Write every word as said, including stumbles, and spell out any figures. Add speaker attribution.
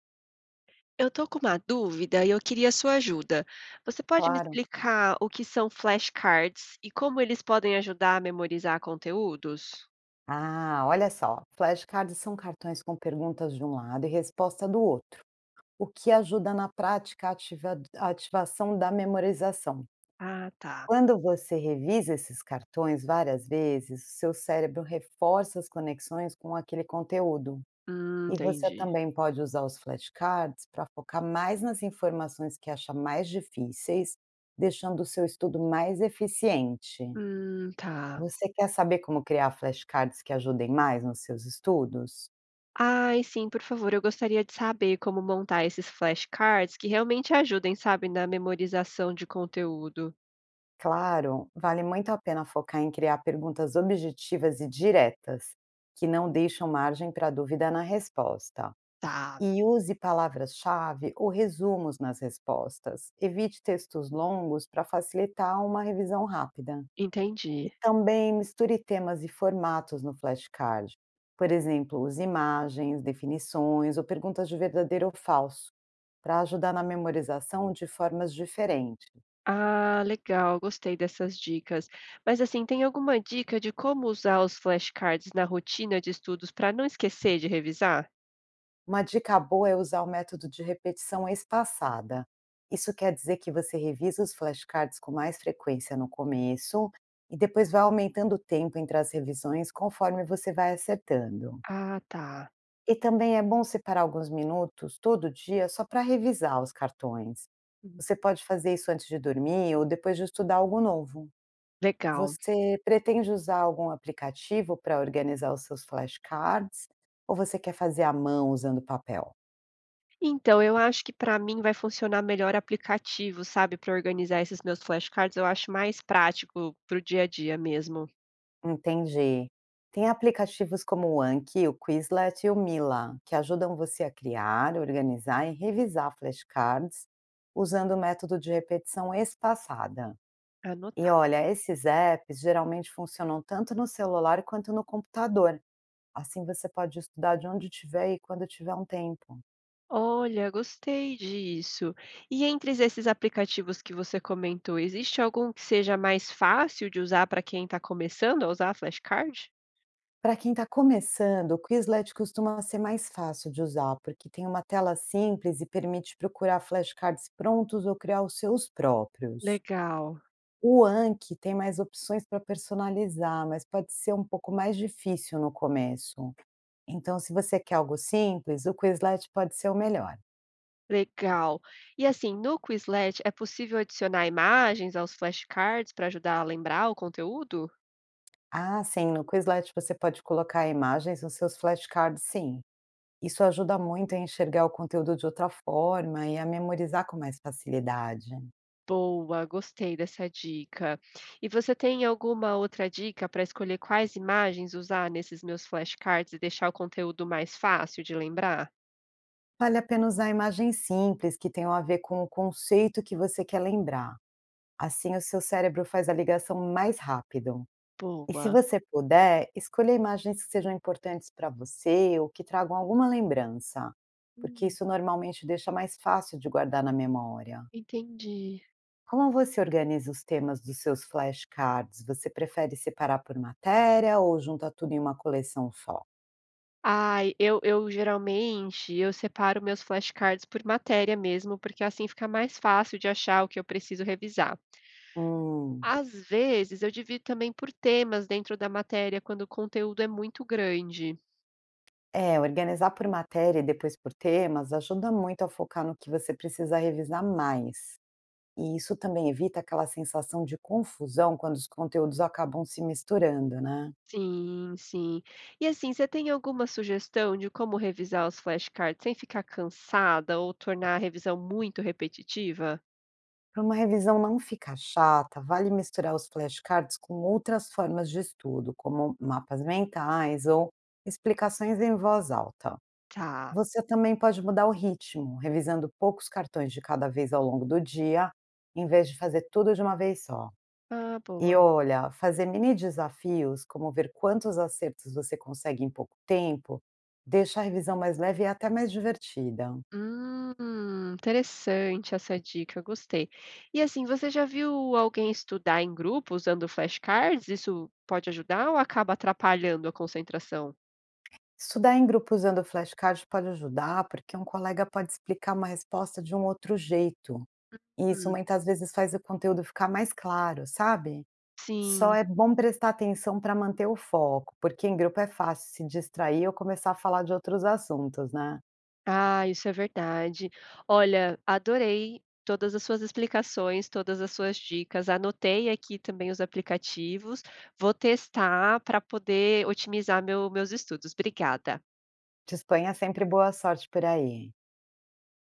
Speaker 1: Eu estou com uma dúvida e eu queria sua ajuda. Você pode me
Speaker 2: Claro.
Speaker 1: explicar o que são flashcards e como eles podem ajudar a memorizar conteúdos?
Speaker 2: Ah, olha só. Flashcards são cartões com perguntas de um lado e resposta do outro, o que ajuda na prática a ativa- a ativação da memorização.
Speaker 1: Ah, tá.
Speaker 2: Quando você revisa esses cartões várias vezes, o seu cérebro reforça as conexões com aquele conteúdo.
Speaker 1: Hum,
Speaker 2: E você
Speaker 1: entendi.
Speaker 2: também pode usar os flashcards para focar mais nas informações que acha mais difíceis, deixando o seu estudo mais eficiente.
Speaker 1: Hum, tá.
Speaker 2: Você quer saber como criar flashcards que ajudem mais nos seus estudos?
Speaker 1: Ai, sim, por favor, eu gostaria de saber como montar esses flashcards que realmente ajudem, sabe, na memorização de conteúdo.
Speaker 2: Claro, vale muito a pena focar em criar perguntas objetivas e diretas, que não deixam margem para dúvida na resposta.
Speaker 1: Tá,
Speaker 2: E use palavras-chave ou resumos nas respostas. Evite textos longos para facilitar uma revisão rápida.
Speaker 1: entendi.
Speaker 2: E também misture temas e formatos no flashcard. Por exemplo, use imagens, definições ou perguntas de verdadeiro ou falso, para ajudar na memorização de formas diferentes.
Speaker 1: Ah, legal, gostei dessas dicas. Mas assim, tem alguma dica de como usar os flashcards na rotina de estudos para não esquecer de revisar?
Speaker 2: Uma dica boa é usar o método de repetição espaçada. Isso quer dizer que você revisa os flashcards com mais frequência no começo e depois vai aumentando o tempo entre as revisões conforme você vai acertando.
Speaker 1: Ah, tá.
Speaker 2: E também é bom separar alguns minutos todo dia só para revisar os cartões.
Speaker 1: Uhum.
Speaker 2: Você pode fazer isso antes de dormir ou depois de estudar algo novo.
Speaker 1: Legal.
Speaker 2: Você pretende usar algum aplicativo para organizar os seus flashcards ou você quer fazer à mão usando papel?
Speaker 1: Então, eu acho que para mim vai funcionar melhor aplicativo, sabe, para organizar esses meus flashcards. Eu acho mais prático para o dia a dia mesmo.
Speaker 2: Entendi. Tem aplicativos como o Anki, o Quizlet e o Mila, que ajudam você a criar, organizar e revisar flashcards usando o método de repetição espaçada. E
Speaker 1: Anotar.
Speaker 2: olha, esses apps geralmente funcionam tanto no celular quanto no computador. Assim você pode estudar de onde tiver e quando tiver um tempo.
Speaker 1: Olha, gostei disso. E entre esses aplicativos que você comentou, existe algum que seja mais fácil de usar para quem está começando a usar flashcard?
Speaker 2: Para quem está começando, o Quizlet costuma ser mais fácil de usar, porque tem uma tela simples e permite procurar flashcards prontos ou criar os seus próprios.
Speaker 1: Legal,
Speaker 2: O Anki tem mais opções para personalizar, mas pode ser um pouco mais difícil no começo. Então, se você quer algo simples, o Quizlet pode ser o melhor.
Speaker 1: legal. E assim, no Quizlet é possível adicionar imagens aos flashcards para ajudar a lembrar o conteúdo?
Speaker 2: Ah, sim, no Quizlet você pode colocar imagens nos seus flashcards, sim. Isso ajuda muito a enxergar o conteúdo de outra forma e a memorizar com mais facilidade.
Speaker 1: Boa, gostei dessa dica. E você tem alguma outra dica para escolher quais imagens usar nesses meus flashcards e deixar o conteúdo mais fácil de lembrar?
Speaker 2: Vale a pena usar imagens simples que tenham a ver com o conceito que você quer lembrar. Assim, o seu cérebro faz a ligação mais rápido. E se
Speaker 1: Boa.
Speaker 2: você puder, escolha imagens que sejam importantes para você ou que tragam alguma lembrança, porque
Speaker 1: Hum,
Speaker 2: isso normalmente deixa mais fácil de guardar na memória.
Speaker 1: entendi.
Speaker 2: Como você organiza os temas dos seus flashcards? Você prefere separar por matéria ou junta tudo em uma coleção só?
Speaker 1: Ai, eu, eu geralmente eu separo meus flashcards por matéria mesmo, porque assim fica mais fácil de achar o que eu preciso revisar.
Speaker 2: Hum.
Speaker 1: Às vezes, eu divido também por temas dentro da matéria, quando o conteúdo é muito grande.
Speaker 2: É, organizar por matéria e depois por temas ajuda muito a focar no que você precisa revisar mais. E isso também evita aquela sensação de confusão quando os conteúdos acabam se misturando, né?
Speaker 1: Sim, sim. E assim, você tem alguma sugestão de como revisar os flashcards sem ficar cansada ou tornar a revisão muito repetitiva?
Speaker 2: Para uma revisão não ficar chata, vale misturar os flashcards com outras formas de estudo, como mapas mentais ou explicações em voz alta.
Speaker 1: Tá.
Speaker 2: Você também pode mudar o ritmo, revisando poucos cartões de cada vez ao longo do dia, em vez de fazer tudo de uma vez só.
Speaker 1: Ah,
Speaker 2: E
Speaker 1: boa.
Speaker 2: olha, fazer mini desafios, como ver quantos acertos você consegue em pouco tempo, deixa a revisão mais leve e até mais divertida.
Speaker 1: Hum, interessante essa dica, gostei. E assim, você já viu alguém estudar em grupo usando flashcards? Isso pode ajudar ou acaba atrapalhando a concentração?
Speaker 2: Estudar em grupo usando flashcards pode ajudar, porque um colega pode explicar uma resposta de um outro jeito. E isso
Speaker 1: Hum,
Speaker 2: muitas vezes faz o conteúdo ficar mais claro, sabe? Só
Speaker 1: sim.
Speaker 2: é bom prestar atenção para manter o foco, porque em grupo é fácil se distrair ou começar a falar de outros assuntos, né?
Speaker 1: Ah, isso é verdade. Olha, adorei todas as suas explicações, todas as suas dicas. Anotei aqui também os aplicativos. Vou testar para poder otimizar meu meus estudos. Obrigada.
Speaker 2: Te espanha sempre boa sorte por aí.